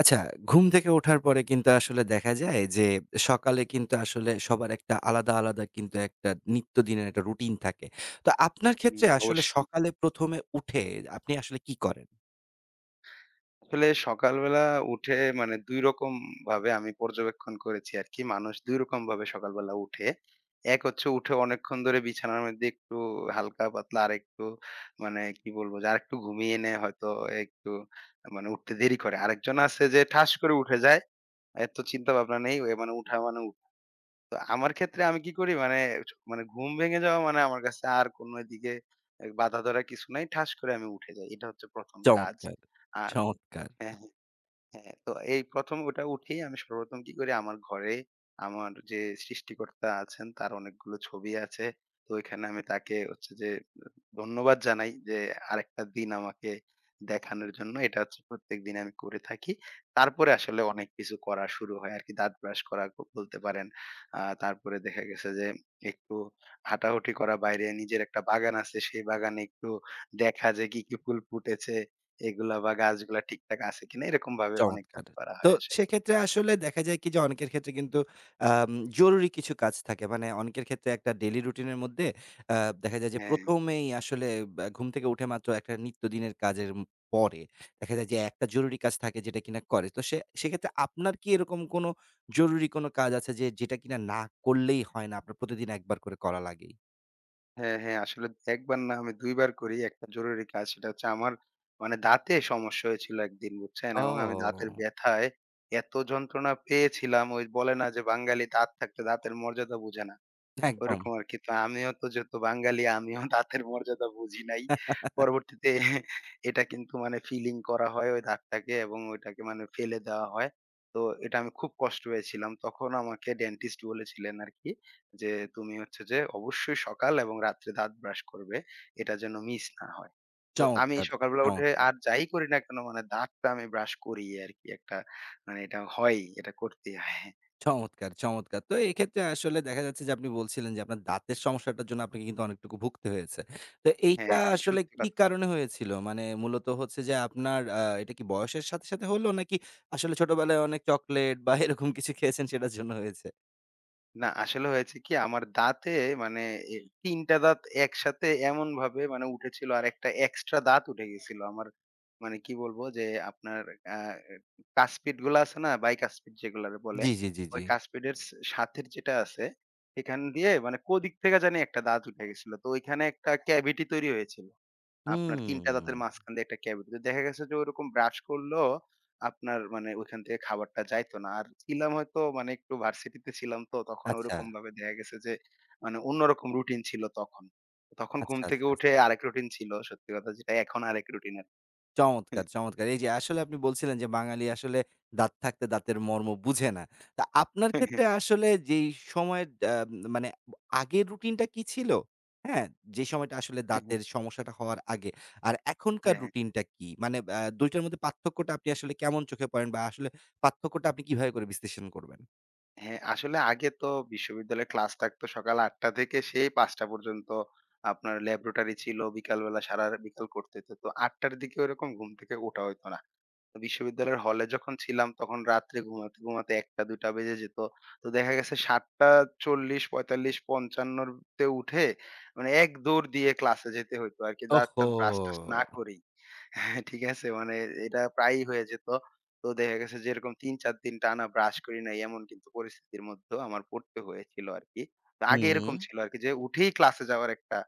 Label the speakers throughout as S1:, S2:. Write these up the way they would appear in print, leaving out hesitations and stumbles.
S1: আচ্ছা, ঘুম থেকে ওঠার পরে কিন্তু আসলে দেখা যায় যে, সকালে কিন্তু আসলে সবার একটা আলাদা, আলাদা কিন্তু একটা নিত্যদিনের একটা রুটিন থাকে। তো আপনার ক্ষেত্রে
S2: হুম,
S1: আসলে
S2: অবশ্যই।
S1: সকালে ১ম এ উঠে আপনি আসলে কি করেন?
S2: আসলে সকালবেলা উঠে মানে ২ রকম ভাবে আমি পর্যবেক্ষণ করেছি আরকি। মানুষ ২ রকম ভাবে সকালবেলা উঠে। এক হচ্ছে উঠে অনেকক্ষণ ধরে বিছানার মধ্যে একটু হালকা পাতলা আরেকটু মানে কি বলবো যে আরেকটু ঘুমিয়ে নেয় হয়তো একটু মানে উঠতে দেরি করে। আরেকজন আছে যে ঠাস করে উঠে যায়। এত চিন্তা ভাবনা নেই। মানে উঠা মানে উঠা। তো আমার ক্ষেত্রে আমি কি করি মানে মানে ঘুম ভেঙে যাওয়া মানে আমার কাছে আর কোন এদিকে বাধা ধরা কিছু নাই। ঠাস করে আমি উঠে যাই। এটা হচ্ছে ১ম কাজ।
S1: চমৎকার, চমৎকার!
S2: হ্যাঁ, হ্যাঁ, হ্যাঁ। তো এই ১ম ওটা উঠেই আমি সর্বপ্রথম কি করি আমার ঘরে আমার যে সৃষ্টিকর্তা আছেন তার অনেকগুলো ছবি আছে। তো ওইখানে আমি তাকে হচ্ছে যে ধন্যবাদ জানাই যে আরেকটা দিন আমাকে দেখানোর জন্য। এটা হচ্ছে প্রত্যেকদিন আমি করে থাকি। তারপরে আসলে অনেক কিছু করা শুরু হয় আরকি। দাঁত ব্রাশ করা বলতে পারেন। তারপরে দেখা গেছে যে একটু হাঁটাহুটি করা বাইরে নিজের একটা বাগান আছে। সেই বাগানে একটু দেখা যে কি, কি ফুল ফুটেছে। এগুলা বা গাছগুলা ঠিকঠাক আছে কিনা এরকম ভাবে অনেক
S1: চমৎকার!
S2: কিছু করা
S1: তো
S2: হয় আসলে।
S1: সেক্ষেত্রে আসলে দেখা যায় কি যে অনেকের ক্ষেত্রে কিন্তু আম জরুরি কিছু কাজ থাকে। মানে অনেকের ক্ষেত্রে একটা ডেইলি রুটিন এর মধ্যে আ দেখা যায় যে
S2: হ্যাঁ,
S1: ১ম এই আসলে বা ঘুম থেকে উঠে মাত্র একটা নিত্যদিনের কাজের পরে দেখা যায় যে একটা জরুরি কাজ থাকে যেটা কিনা করে। তো সে সেক্ষেত্রে আপনার কি এরকম কোনো জরুরি কোনো কাজ আছে যে যেটা কিনা না করলেই হয় না? আপনার প্রতিদিন একবার করে করা লাগেই?
S2: হ্যাঁ, হ্যাঁ। আসলে একবার না আমি ২ বার করি। একটা জরুরি কাজ সেটা হচ্ছে আমার মানে দাঁতে সমস্যা হয়েছিল একদিন বুঝছেন? এবং আমি দাঁতের
S1: ও!
S2: ব্যথায় এত যন্ত্রণা পেয়েছিলাম ওই বলে না যে বাঙালি দাঁত থাকতে দাঁতের মর্যাদা বুঝে না।
S1: একদম।
S2: ওরকম আরকি। তো আমিও তো যেহেতু বাঙালি আমিও দাঁতের মর্যাদা বুঝি নাই। পরবর্তীতে এটা কিন্তু মানে ফিলিং করা হয় ওই দাঁতটাকে এবং ওইটাকে মানে ফেলে দেওয়া হয়। তো এটা আমি খুব কষ্ট পেয়েছিলাম। তখন আমাকে ডেন্টিস্ট বলেছিলেন আরকি যে, "তুমি হচ্ছে যে অবশ্যই সকাল এবং রাত্রে দাঁত ব্রাশ করবে। এটা যেন মিস না হয়।" তো আমি
S1: চমৎকার,
S2: সকালবেলা উঠে
S1: চমৎকার!
S2: আর যাই করি না কেন মানে দাঁতটা আমি ব্রাশ করি আরকি। একটা মানে এটা হয়ই, এটা করতেই হয়।
S1: চমৎকার, চমৎকার! তো এক্ষেত্রে আসলে দেখা যাচ্ছে যে আপনি বলছিলেন যে আপনার দাঁতের সমস্যাটার জন্য আপনাকে কিন্তু অনেকটুকু ভুগতে হয়েছে। তো এইটা
S2: হ্যাঁ, হ্যাঁ,
S1: আসলে
S2: সত্যি
S1: কি
S2: কথা।
S1: কারণে হয়েছিল? মানে মূলত হচ্ছে যে আপনার এটা কি বয়সের সাথে, সাথে হলো নাকি আসলে ছোটবেলায় অনেক চকোলেট বা এরকম কিছু খেয়েছেন সেটার জন্য হয়েছে?
S2: না আসলে হয়েছে কি আমার দাঁতে মানে এ ৩ টা দাঁত একসাথে এমনভাবে মানে উঠেছিল আর একটা এক্সট্রা দাঁত উঠে গেছিল আমার। মানে কি বলবো যে আপনার আ কাসপিড গুলা আছে না? বাইকাসপিড যেগুলারে বলে।
S1: জি, জি, জি,
S2: ওই
S1: জি।
S2: কাসপিডের সাথের যেটা আছে, এখান দিয়ে মানে কোদিক থেকে জানি একটা দাঁত উঠে গেছিল। তো ওইখানে একটা ক্যাভিটি তৈরি হয়েছিল। আপনার ৩ টা
S1: হুম।
S2: দাঁতের মাঝখান দিয়ে একটা ক্যাভিটি। তো দেখা গেছে যে ওরকম ব্রাশ করলেও আপনার মানে ওইখান থেকে খাবারটা যাইতো না। আর ছিলাম হয়তো মানে একটু ভার্সিটিতে ছিলাম তো তখন
S1: আচ্ছা,
S2: ওরকম ভাবে দেখা গেছে যে মানে অন্যরকম রুটিন ছিল তখন। তখন ঘুম
S1: আচ্ছা,
S2: থেকে
S1: আচ্ছা।
S2: উঠে আরেক রুটিন ছিল। সত্যি কথা যেটা এখন আরেক রুটিন আরকি।
S1: চমৎকার, চমৎকার। এই যে আসলে আপনি বলছিলেন যে বাঙালি আসলে দাঁত থাকতে দাঁতের মর্ম বুঝে না। তা আপনার ক্ষেত্রে আসলে যেই সময়ের মানে আগের রুটিনটা কি ছিল? হ্যাঁ? যে সময়টা আসলে দাঁতের সমস্যাটা হওয়ার আগে। আর এখনকার
S2: হ্যাঁ,
S1: রুটিনটা কি? মানে ২ টার মধ্যে পার্থক্যটা আপনি আসলে কেমন চোখে পড়েন বা আসলে পার্থক্যটা আপনি কিভাবে করে বিশ্লেষণ করবেন?
S2: হ্যাঁ। আসলে আগে তো বিশ্ববিদ্যালয়ে ক্লাস থাকতো সকাল ৮ টা থেকে সেই ৫ টা পর্যন্ত আপনার ল্যাবরেটরি ছিল। বিকালবেলা সারা বিকাল করতে হতো। তো ৮ টার দিকে ওরকম ঘুম থেকে ওঠা হইতো না। বিশ্ববিদ্যালয়ের হলে যখন ছিলাম তখন রাত্রে ঘুমাতে, ঘুমাতে ১টা-২টা বেজে যেত। তো দেখা গেছে ৭ঃ৪০, ৪৫, ৫৫ তে উঠে মানে এক দৌড় দিয়ে ক্লাসে যেতে হইতো আরকি।
S1: ওহহো!
S2: দাঁত-টাত ব্রাশ-টাশ না করেই। হ্যাঁ, ঠিক আছে। মানে এটা প্রায়ই হয়ে যেত। তো দেখা গেছে যে এরকম ৩-৪ দিন টানা ব্রাশ করি নাই এমন কিন্তু পরিস্থিতির মধ্যেও আমার পড়তে হয়েছিল আরকি। তো আগে
S1: হুম।
S2: এরকম ছিল আরকি যে উঠেই ক্লাসে যাওয়ার একটা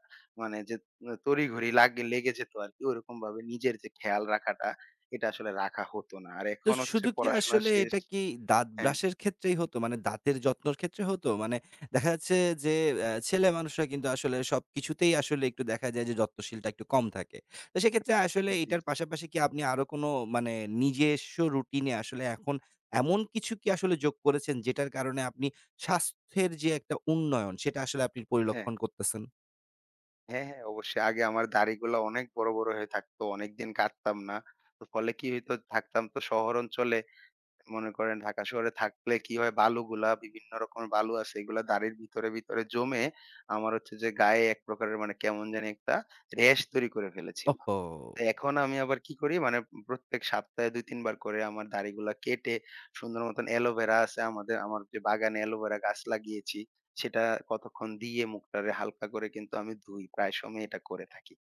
S2: মানে যে তড়িঘড়ি লেগে যেত আরকি। ওরকমভাবে নিজের যে খেয়াল রাখাটা এটা আসলে রাখা হতো না। আর
S1: তো
S2: এখন হচ্ছে
S1: শুধু কি
S2: পড়াশোনা
S1: আসলে
S2: শেষ।
S1: এটা কি দাঁত
S2: হ্যাঁ,
S1: ব্রাশের ক্ষেত্রেই হতো? মানে দাঁতের যত্নের ক্ষেত্রে হতো? মানে দেখা যাচ্ছে যে ছেলে মানুষরা কিন্তু আসলে সবকিছুতেই আসলে একটু দেখা যায় যে যত্নশীলটা একটু কম থাকে। তো সেক্ষেত্রে আসলে
S2: জি,
S1: এটার
S2: জি।
S1: পাশাপাশি কি আপনি আরো কোনো মানে নিজস্ব রুটিনে আসলে এখন এমন কিছু কি আসলে যোগ করেছেন যেটার কারণে আপনি স্বাস্থ্যের যে একটা উন্নয়ন সেটা আসলে আপনি
S2: হ্যাঁ,
S1: পরিলক্ষণ করতেছেন?
S2: হ্যাঁ, হ্যাঁ, অবশ্যই। আগে আমার দাড়িগুলা অনেক বড়, বড় হয়ে থাকতো। অনেকদিন কাটতাম না। তো ফলে কি হইতো থাকতাম তো শহর অঞ্চলে মনে করেন ঢাকা শহরে থাকলে কি হয় বালুগুলা বিভিন্ন রকমের বালু আছে এগুলা দাঁড়ির ভিতরে, ভিতরে জমে আমার হচ্ছে যে গায়ে এক প্রকারের মানে কেমন জানি একটা রেশ তৈরি করে ফেলেছিল।
S1: ওহহো!
S2: তো এখন আমি আবার কি করি মানে প্রত্যেক সপ্তাহে ২-৩ বার করে আমার দাড়িগুলা কেটে সুন্দর মতন অ্যালোভেরা আছে আমাদের আমার যে বাগানে অ্যালোভেরা গাছ লাগিয়েছি, সেটা কতক্ষণ দিয়ে মুখটারে হালকা করে কিন্তু আমি ধুই। প্রায় সময় এটা করে থাকি।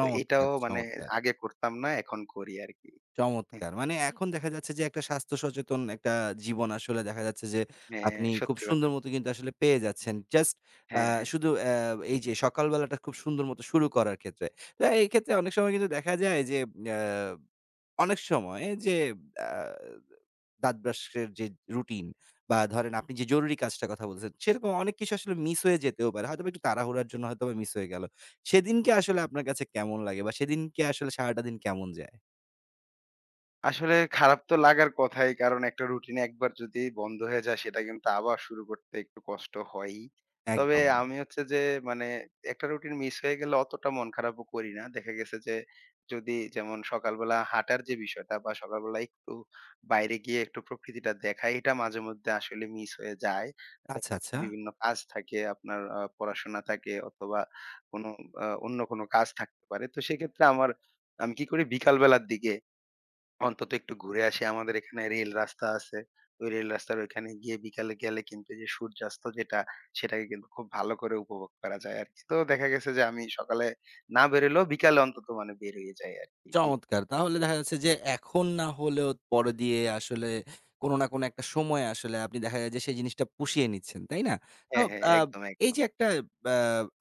S2: তো এটাও মানে
S1: চমৎকার।
S2: আগে করতাম না এখন করি আরকি।
S1: চমৎকার! মানে এখন দেখা যাচ্ছে যে, একটা স্বাস্থ্য সচেতন একটা জীবন আসলে দেখা যাচ্ছে যে,
S2: হ্যাঁ,
S1: আপনি খুব
S2: সত্যি কথা।
S1: সুন্দর মতো কিন্তু আসলে পেয়ে যাচ্ছেন। জাস্ট আ
S2: হ্যাঁ, হ্যাঁ।
S1: শুধু এই যে, সকাল বেলাটা খুব সুন্দর মতো শুরু করার ক্ষেত্রে। তো এই ক্ষেত্রে অনেক সময় কিন্তু দেখা যায় যে, অ্যা অনেক সময় যে, আ দাঁত ব্রাশের যে, রুটিন বা ধরেন আপনি যে, জরুরি কাজটার কথা বলছেন, সেরকম অনেক কিছু আসলে মিস হয়ে যেতেও পারে। হয়তোবা একটু তাড়াহুড়ার জন্য হয়তোবা মিস হয়ে গেল। সেদিনকে আসলে আপনার কাছে কেমন লাগে বা সেদিনকে আসলে সারাটা দিন কেমন যায়?
S2: আসলে খারাপ তো লাগার কথাই। কারণ একটা রুটিন একবার যদি বন্ধ হয়ে যায় সেটা কিন্তু আবার শুরু করতে একটু কষ্ট হয়ই। তবে
S1: একদম।
S2: আমি হচ্ছে যে মানে একটা রুটিন মিস হয়ে গেলে অতটা মন খারাপও করি না। দেখা গেছে যে যদি যেমন সকালবেলা হাঁটার যে বিষয়টা বা সকালবেলা একটু বাইরে গিয়ে একটু প্রকৃতিটা দেখা এটা মাঝে মধ্যে আসলে মিস হয়ে যায়। দেখা
S1: আচ্ছা,
S2: যাচ্ছে
S1: আচ্ছা।
S2: বিভিন্ন কাজ থাকে আপনার পড়াশোনা থাকে অথবা কোনো অন্য কোনো কাজ থাকতে পারে। তো সেক্ষেত্রে আমি কি করি বিকাল বেলার দিকে অন্তত একটু ঘুরে আসি। আমাদের এখানে রেল রাস্তা আছে। ওই রেল রাস্তার ওইখানে গিয়ে বিকালে গেলে কিন্তু যে সূর্যাস্ত যেটা, সেটাকে কিন্তু খুব ভালো করে উপভোগ করা যায় আরকি। তো দেখা গেছে যে আমি সকালে না বেরোলেও বিকালে অন্তত মানে বের হয়ে যাই আরকি।
S1: চমৎকার! তাহলে দেখা যাচ্ছে যে এখন না হলেও পরে দিয়ে আসলে কোন না কোন একটা সময়ে আসলে আপনি দেখা যায় যে সেই জিনিসটা পুষিয়ে নিচ্ছেন, তাই না? তো
S2: হ্যাঁ, হ্যাঁ,
S1: আ
S2: একদম,
S1: এই
S2: একদম।
S1: যে একটা আ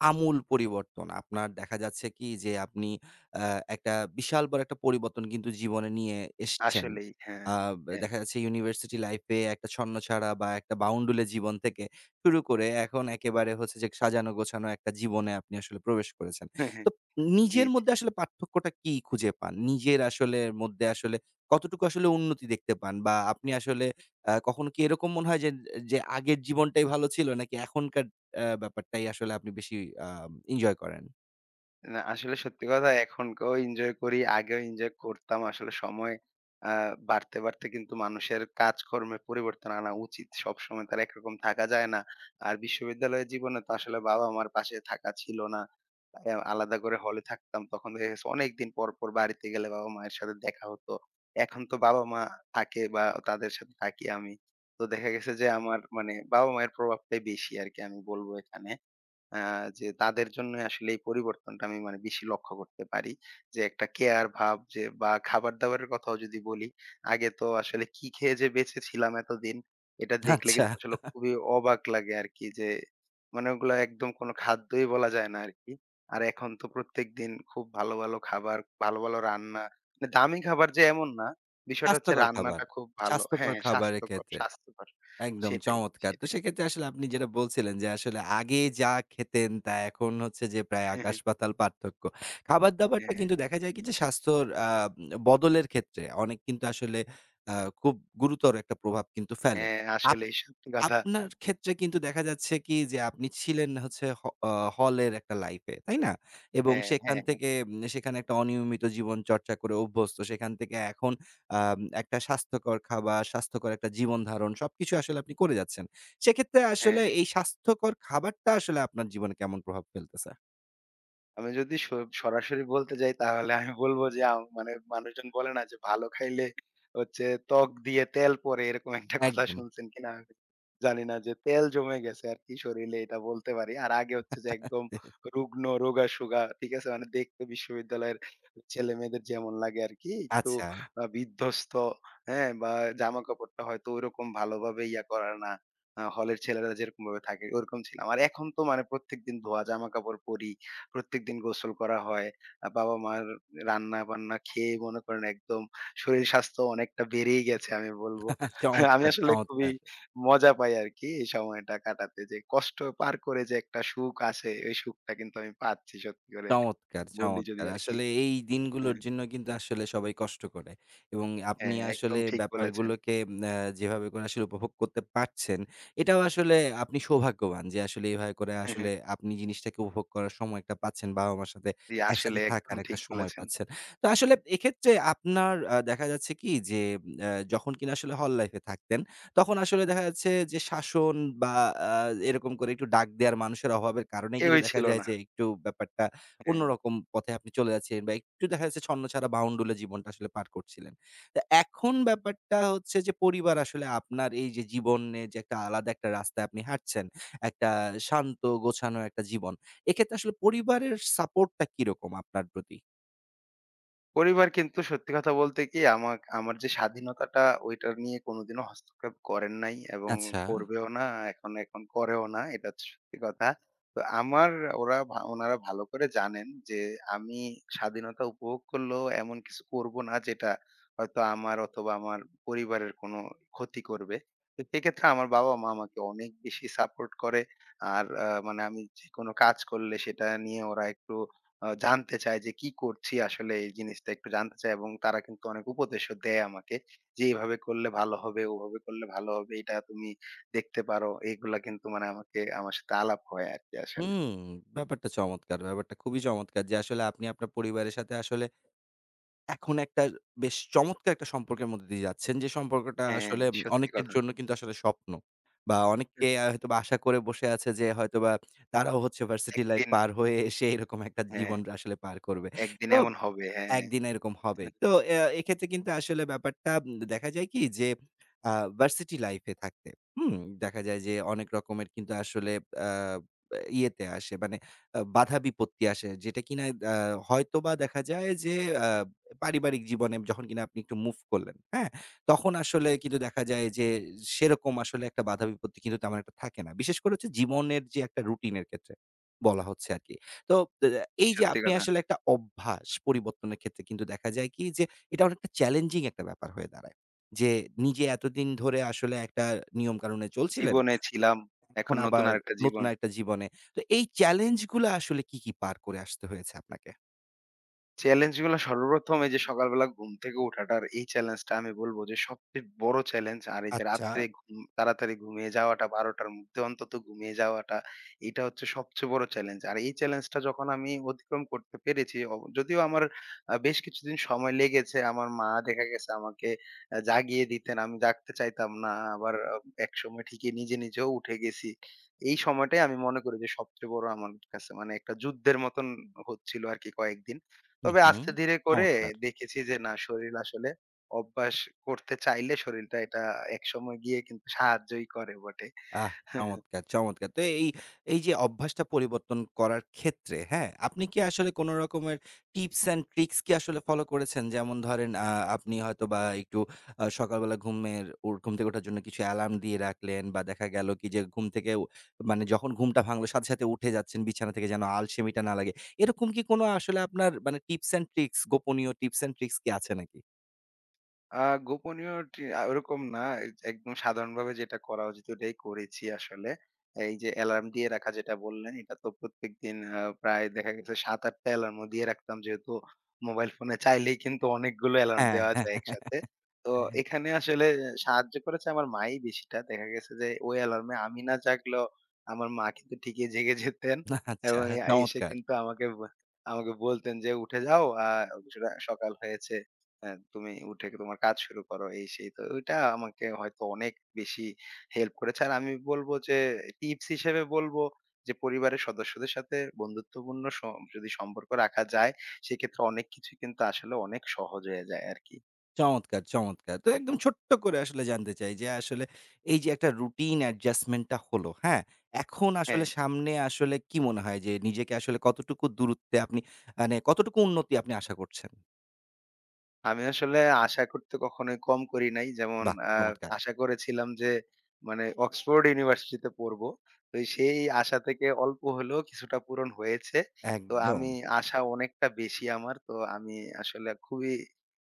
S1: আমূল পরিবর্তন আপনার দেখা যাচ্ছে কি যে আপনি আ একটা বিশাল বড় একটা পরিবর্তন কিন্তু জীবনে নিয়ে এসছেন।
S2: আসলেই। হ্যাঁ,
S1: আ
S2: হ্যাঁ।
S1: দেখা যাচ্ছে ইউনিভার্সিটি লাইফ এ একটা ছন্নছাড়া বা একটা বাউন্ডুলে জীবন থেকে শুরু করে এখন একেবারে হচ্ছে যে সাজানো গোছানো একটা জীবনে আপনি আসলে প্রবেশ করেছেন। তো
S2: জি।
S1: নিজের মধ্যে আসলে পার্থক্যটা কি খুঁজে পান? নিজের আসলে মধ্যে আসলে কতটুকু আসলে উন্নতি দেখতে পান? বা আপনি আসলে কখনো কি এরকম মনে হয় যে, যে আগের জীবনটাই ভালো ছিল নাকি এখনকার ব্যাপারটাই আসলে আপনি বেশি আ এনজয় করেন?
S2: না, আসলে সত্যি কথা এখনকেও এনজয় করি। আগেও এনজয় করতাম। আসলে সময় আ বাড়তে, বাড়তে কিন্তু মানুষের কাজকর্মে পরিবর্তন আনা উচিত। সবসময় তার একরকম থাকা যায় না। আর বিশ্ববিদ্যালয় জীবনে তো আসলে বাবা-মার পাশে থাকা ছিল না। তাই আলাদা করে হলে থাকতাম। তখন দেখা গেছে অনেকদিন পর, পর বাড়িতে গেলে বাবা-মায়ের সাথে দেখা হতো। এখন তো বাবা-মা থাকে বা তাদের সাথে থাকি আমি। তো দেখা গেছে যে আমার মানে বাবা-মায়ের প্রভাবটাই বেশি আরকি আমি বলব এখানে। আ যে তাদের জন্যই আসলে এই পরিবর্তনটা আমি মানে বেশি লক্ষ্য করতে পারি। যে একটা কেয়ার ভাব যে বা খাবার-দাবারের কথাও যদি বলি, আগে তো আসলে কি খেয়ে যে বেঁচে ছিলাম এতদিন, এটা দেখলে
S1: আচ্ছা।
S2: কিন্তু আসলে খুবই অবাক লাগে আরকি যে মানে ওগুলা একদম কোনো খাদ্যই বলা যায় না আরকি। আর এখন তো প্রত্যেকদিন খুব ভালো, ভালো খাবার, ভালো, ভালো রান্না। মানে দামি খাবার যে এমন না, বিষয়টা হচ্ছে
S1: স্বাস্থ্যকর খাবার,
S2: রান্নাটা খুব ভালো। হ্যাঁ,
S1: স্বাস্থ্যকর
S2: হ্যাঁ,
S1: খাবারের
S2: স্বাস্থ্যকর,
S1: ক্ষেত্রে।
S2: স্বাস্থ্যকর।
S1: একদম
S2: সেটাই,
S1: চমৎকার। তো
S2: সেটাই।
S1: সেক্ষেত্রে আসলে আপনি যেটা বলছিলেন যে আসলে আগে যা খেতেন তা এখন হচ্ছে যে প্রায় আকাশ পাতাল পার্থক্য। খাবার-দাবারটা
S2: হ্যাঁ,
S1: কিন্তু দেখা যায় কি যে স্বাস্থ্যর বদলের ক্ষেত্রে অনেক কিন্তু আসলে আ খুব গুরুতর একটা প্রভাব কিন্তু ফেলে।
S2: হ্যাঁ,
S1: আপ
S2: আসলেই সত্যি কথা।
S1: আপনার ক্ষেত্রে কিন্তু দেখা যাচ্ছে কি যে আপনি ছিলেন হচ্ছে হ আ হলের একটা লাইফে, তাই না? এবং
S2: হ্যাঁ,
S1: সেখান
S2: হ্যাঁ,
S1: থেকে সেখানে একটা অনিয়মিত জীবন চর্চা করে অভ্যস্ত। সেখান থেকে এখন একটা স্বাস্থ্যকর খাবার, স্বাস্থ্যকর একটা জীবন ধারণ সবকিছু আসলে আপনি করে যাচ্ছেন। সেক্ষেত্রে
S2: হ্যাঁ,
S1: আসলে এই স্বাস্থ্যকর খাবারটা আসলে আপনার জীবনে কেমন প্রভাব ফেলতেছে?
S2: আমি যদি সরাসরি বলতে যাই তাহলে আমি বলব যে মানে মানুষজন বলে না যে ভালো খাইলে হচ্ছে ত্বক দিয়ে তেল পড়ে এরকম একটা কথা
S1: একদম।
S2: শুনছেন কিনা আমি জানি না যে তেল জমে গেছে আরকি শরীরে এটা বলতে পারি। আর আগে হচ্ছে যে একদম রুগ্ন রোগা-সোগা ঠিক আছে? মানে দেখতে বিশ্ববিদ্যালয়ের ছেলেমেয়েদের যেমন লাগে আরকি একটু
S1: আচ্ছা,
S2: বিধ্বস্ত হ্যাঁ? বা জামাকাপড়টা হয়তো ঐরকম ভালোভাবে ইয়া করা না। হলের ছেলেরা যেরকমভাবে থাকে ওরকম ছিলাম। আর এখন তো মানে প্রত্যেকদিন ধোয়া জামাকাপড় পরি। প্রত্যেকদিন গোসল করা হয়। বাবা-মার রান্না-বান্না খেয়ে মনে করেন একদম শরীর স্বাস্থ্য অনেকটা বেড়েই গেছে আমি বলব। আমি
S1: চমৎকার,
S2: আসলে খুবই
S1: চমৎকার।
S2: মজা পাই আরকি এই সময়টা কাটাতে। যে কষ্ট পার করে যে একটা সুখ আসে, ওই সুখটা কিন্তু আমি পাচ্ছি সত্যি করে
S1: চমৎকার,
S2: বললি যদি
S1: চমৎকার।
S2: আরকি।
S1: আসলে এই দিনগুলোর
S2: হ্যাঁ,
S1: জন্য কিন্তু আসলে সবাই কষ্ট করে এবং আপনি
S2: হ্যাঁ,
S1: আসলে
S2: একদম ঠিক বলেছেন।
S1: ব্যাপারগুলোকে আ যেভাবে করে আসলে উপভোগ করতে পারছেন, এটাও আসলে আপনি সৌভাগ্যবান যে আসলে এভাবে করে আসলে আপনি জিনিসটাকে উপভোগ করার সময়টা পাচ্ছেন। বাবা-মার সাথে
S2: জি,
S1: একসাথে
S2: আসলে একদম
S1: থাকার একটা
S2: ঠিক
S1: সময়
S2: বলেছেন।
S1: পাচ্ছেন। তো আসলে এক্ষেত্রে আপনার দেখা যাচ্ছে কি যে যখন কিনা আসলে হল লাইফ এ থাকতেন, তখন আসলে দেখা যাচ্ছে যে শাসন বা আ এরকম করে একটু ডাক দেওয়ার মানুষের অভাবের কারণেই কিন্তু
S2: কেউই
S1: দেখা
S2: ছিল
S1: যায়
S2: না।
S1: যে একটু ব্যাপারটা
S2: হ্যাঁ।
S1: অন্যরকম পথে আপনি চলে যাচ্ছিলেন বা একটু দেখা যাচ্ছে ছন্নছাড়া বাউন্ডুলে জীবনটা আসলে পার করছিলেন। তো এখন ব্যাপারটা হচ্ছে যে পরিবার আসলে আপনার এই যে জীবনে যে একটা আলাদা একটা রাস্তায় আপনি হাঁটছেন, একটা শান্ত গোছানো একটা জীবন। এক্ষেত্রে আসলে পরিবারের সাপোর্টটা কিরকম আপনার প্রতি?
S2: পরিবার কিন্তু সত্যি কথা বলতে কি আমার আমার যে স্বাধীনতাটা ওইটা নিয়ে কোনোদিনও হস্তক্ষেপ করেন নাই এবং
S1: আচ্ছা।
S2: করবেও না এখন এখন করেও না এটা হচ্ছে সত্যি কথা। তো আমার ওরা ভা ওনারা ভালো করে জানেন যে আমি স্বাধীনতা উপভোগ করলেও এমন কিছু করব না যেটা হয়তো আমার অথবা আমার পরিবারের কোনো ক্ষতি করবে। তো সেক্ষেত্রে আমার বাবা-মা আমাকে অনেক বেশি সাপোর্ট করে। আর মানে আমি যেকোনো কাজ করলে সেটা নিয়ে ওরা একটু জানতে চায় যে কি করছি আসলে এই জিনিসটা একটু জানতে চায় এবং তারা কিন্তু অনেক উপদেশও দেয় আমাকে যে, "এভাবে করলে ভালো হবে, ওভাবে করলে ভালো হবে। এটা তুমি দেখতে পারো।" এগুলা কিন্তু মানে আমাকে আমার সাথে আলাপ হয় আরকি আসলে।
S1: হুম, ব্যাপারটা চমৎকার! ব্যাপারটা খুবই চমৎকার যে আসলে আপনি আপনার পরিবারের সাথে আসলে এখন একটা বেশ চমৎকার একটা সম্পর্কের মধ্যে দিয়ে যাচ্ছেন। যে সম্পর্কটা
S2: হ্যাঁ,
S1: আসলে
S2: সত্যি
S1: অনেকের
S2: কথা।
S1: জন্য কিন্তু আসলে স্বপ্ন। বা অনেকে হয়তোবা আশা করে বসে আছে যে হয়তোবা তারাও হচ্ছে ভার্সিটি লাইফ
S2: একদিন
S1: পার হয়ে এসে এরকম একটা
S2: হ্যাঁ,
S1: জীবন আসলে পার করবে।
S2: একদিন
S1: তো
S2: এমন হবে। হ্যাঁ।
S1: একদিন এরকম হবে। তো এ এক্ষেত্রে কিন্তু আসলে ব্যাপারটা দেখা যায় কি যে আ ভার্সিটি লাইফ এ থাকতে, হুম? দেখা যায় যে অনেক রকমের কিন্তু আসলে আ ইয়েতে আসে মানে বাধা-বিপত্তি আসে। যেটা কিনা আ হয়তোবা দেখা যায় যে আ পারিবারিক জীবনে যখন কিনা আপনি একটু মুভ করলেন, হ্যাঁ? তখন আসলে কিন্তু দেখা যায় যে সেরকম আসলে একটা বাধা-বিপত্তি কিন্তু তেমন একটা থাকে না। বিশেষ করে হচ্ছে জীবনের যে একটা রুটিন এর ক্ষেত্রে বলা হচ্ছে আরকি। তো এ এই যে
S2: সত্যি
S1: আপনি
S2: কথা।
S1: আসলে একটা অভ্যাস পরিবর্তনের ক্ষেত্রে কিন্তু দেখা যায় কি যে এটা অনেকটা চ্যালেঞ্জিং একটা ব্যাপার হয়ে দাঁড়ায়। যে নিজে এতদিন ধরে আসলে একটা নিয়ম-কানুনে চলছিলেন,
S2: জীবনে ছিলাম,
S1: এখন
S2: এখন নতুন
S1: আবার
S2: আরেকটা
S1: নতুন
S2: জীবন।
S1: আরেকটা জীবনে। তো এই চ্যালেঞ্জ গুলা আসলে কি, কি পার করে আসতে হয়েছে আপনাকে?
S2: চ্যালেঞ্জ গুলা সর্বপ্রথম এই যে সকালবেলা ঘুম থেকে উঠাটার এই চ্যালেঞ্জটা আমি বলবো যে সবচেয়ে বড় চ্যালেঞ্জ। আর এই যে
S1: আচ্ছা।
S2: রাত্রে ঘুম তাড়াতাড়ি ঘুমিয়ে যাওয়াটা ১২টার মধ্যে অন্তত ঘুমিয়ে যাওয়াটা, এটা হচ্ছে সবচেয়ে বড় চ্যালেঞ্জ। আর এই চ্যালেঞ্জটা যখন আমি অতিক্রম করতে পেরেছি, যদিও আমার বেশ কিছুদিন সময় লেগেছে। আমার মা দেখা গেছে আমাকে জাগিয়ে দিতেন। আমি জাগতে চাইতাম না। আবার একসময় ঠিকই নিজে, নিজেও উঠে গেছি। এই সময়টাই আমি মনে করি যে সবচেয়ে বড় আমার কাছে মানে একটা যুদ্ধের মতন হচ্ছিল আরকি কয়েকদিন।
S1: হু,
S2: তবে
S1: হু।
S2: আস্তে ধীরে করে
S1: চমৎকার!
S2: দেখেছি যে না শরীর আসলে অভ্যাস করতে চাইলে শরীরটা এটা একসময় গিয়ে কিন্তু সাহায্যই করে বটে।
S1: আহ! চমৎকার, চমৎকার। তো এই, এই যে অভ্যাসটা পরিবর্তন করার ক্ষেত্রে, হ্যাঁ? আপনি কি আসলে কোন রকমের টিপস অ্যান্ড ট্রিকস কি আসলে ফলো করেছেন? যেমন ধরেন আপনি হয়তোবা একটু সকালবেলা ঘুমের ঘুম থেকে ওঠার জন্য কিছু অ্যালার্ম দিয়ে রাখলেন বা দেখা গেল কি যে ঘুম থেকে মানে যখন ঘুমটা ভাঙলো সাথে, সাথে উঠে যাচ্ছেন বিছানা থেকে যেন আলসেমিটা না লাগে। এরকম কি কোন আসলে আপনার মানে টিপস অ্যান্ড ট্রিকস, গোপনীয় টিপস অ্যান্ড ট্রিকস কি আছে নাকি?
S2: আ গোপনীয়টি ওরকম না। এই একদম সাধারণভাবে যেটা করা উচিত ওটাই করেছি আসলে। এই যে অ্যালার্ম দিয়ে রাখা যেটা বললেন, এটা তো প্রত্যেকদিন প্রায় দেখা গেছে ৭-৮ টা অ্যালার্মও দিয়ে রাখতাম। যেহেতু মোবাইল ফোনে চাইলেই কিন্তু অনেকগুলো অ্যালার্ম
S1: হ্যাঁ।
S2: দেওয়া
S1: হ্যাঁ,
S2: যায়
S1: হ্যাঁ।
S2: একসাথে। তো এখানে আসলে সাহায্য করেছে আমার মাই বেশিটা। দেখা গেছে যে ওই অ্যালার্মে আমি না জাগলেও আমার মা কিন্তু ঠিকই জেগে যেতেন
S1: আচ্ছা,
S2: এবং
S1: হ্যাঁ,
S2: এ এসে
S1: চমৎকার!
S2: কিন্তু আমাকে বলতেন যে, "উঠে যাও সকাল হয়েছে।" হ্যাঁ, তুমি উঠে তোমার কাজ শুরু করো এই সেই। তো ওইটা আমাকে হয়তো অনেক বেশি হেল্প করেছে। আর আমি বলব যে টিপস হিসেবে বলবো যে পরিবারের সদস্যদের সাথে বন্ধুত্বপূর্ণ যদি সম্পর্ক রাখা যায় সেক্ষেত্রে অনেক কিছু কিন্তু আসলে অনেক সহজ হয়ে যায় আরকি।
S1: চমৎকার, চমৎকার। তো একদম ছোট্ট করে আসলে জানতে চাই যে আসলে এই যে একটা রুটিন অ্যাডজাস্টমেন্ট টা হলো, হ্যাঁ? এখন আসলে
S2: হ্যাঁ।
S1: সামনে আসলে কি মনে হয় যে নিজেকে আসলে কতটুকু দূরত্বে আপনি মানে কতটুকু উন্নতি আপনি আশা করছেন?
S2: আমি আসলে আশা করতে কখনোই কম করি নাই। যেমন
S1: বাহ!
S2: আ
S1: চমৎকার।
S2: আশা করেছিলাম যে মানে অক্সফোর্ড ইউনিভার্সিটিতে পড়বো। তো সেই আশা থেকে অল্প হলেও কিছুটা পূরণ হয়েছে। তো
S1: একদম
S2: আমি আশা অনেকটা বেশি আমার। তো আমি আসলে খুবই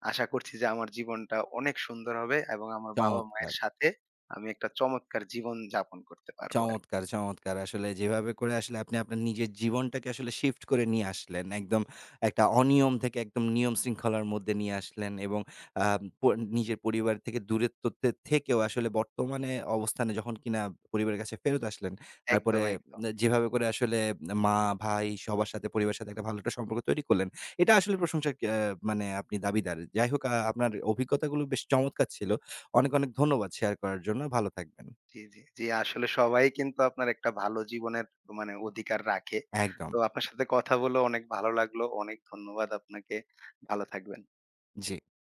S2: আশা করছি যে আমার জীবনটা অনেক সুন্দর হবে এবং আমার বাবা-মায়ের
S1: চমৎকার।
S2: সাথে আমি একটা চমৎকার জীবন যাপন করতে পারবো আরকি।
S1: চমৎকার, চমৎকার। আসলে যেভাবে করে আসলে আপনি আপনার নিজের জীবনটাকে আসলে শিফট করে নিয়ে আসলেন। একদম একটা অনিয়ম থেকে একদম নিয়ম শৃঙ্খলার মধ্যে নিয়ে আসলেন এবং আ প নিজের পরিবার থেকে দূরত্বতে থেকেও আসলে বর্তমানে অবস্থানে যখন কিনা পরিবারের কাছে ফেরত আসলেন, তারপরে
S2: একদম, একদম।
S1: যেভাবে করে আসলে মা, ভাই সবার সাথে পরিবারের সাথে একটা ভালো একটা সম্পর্ক তৈরি করলেন। এটা আসলে প্রশংসার মানে আপনি দাবিদার। যাই হোক আপনার অভিজ্ঞতাগুলো বেশ চমৎকার ছিল। অনেক, অনেক ধন্যবাদ শেয়ার করার জন্য। ভালো থাকবেন।
S2: জি, জি, জি। আসলে সবাই কিন্তু আপনার একটা ভালো জীবনের মানে অধিকার রাখে।
S1: একদম।
S2: তো আপনার সাথে কথা বলে অনেক ভালো লাগলো। অনেক ধন্যবাদ আপনাকে। ভালো থাকবেন।
S1: জি।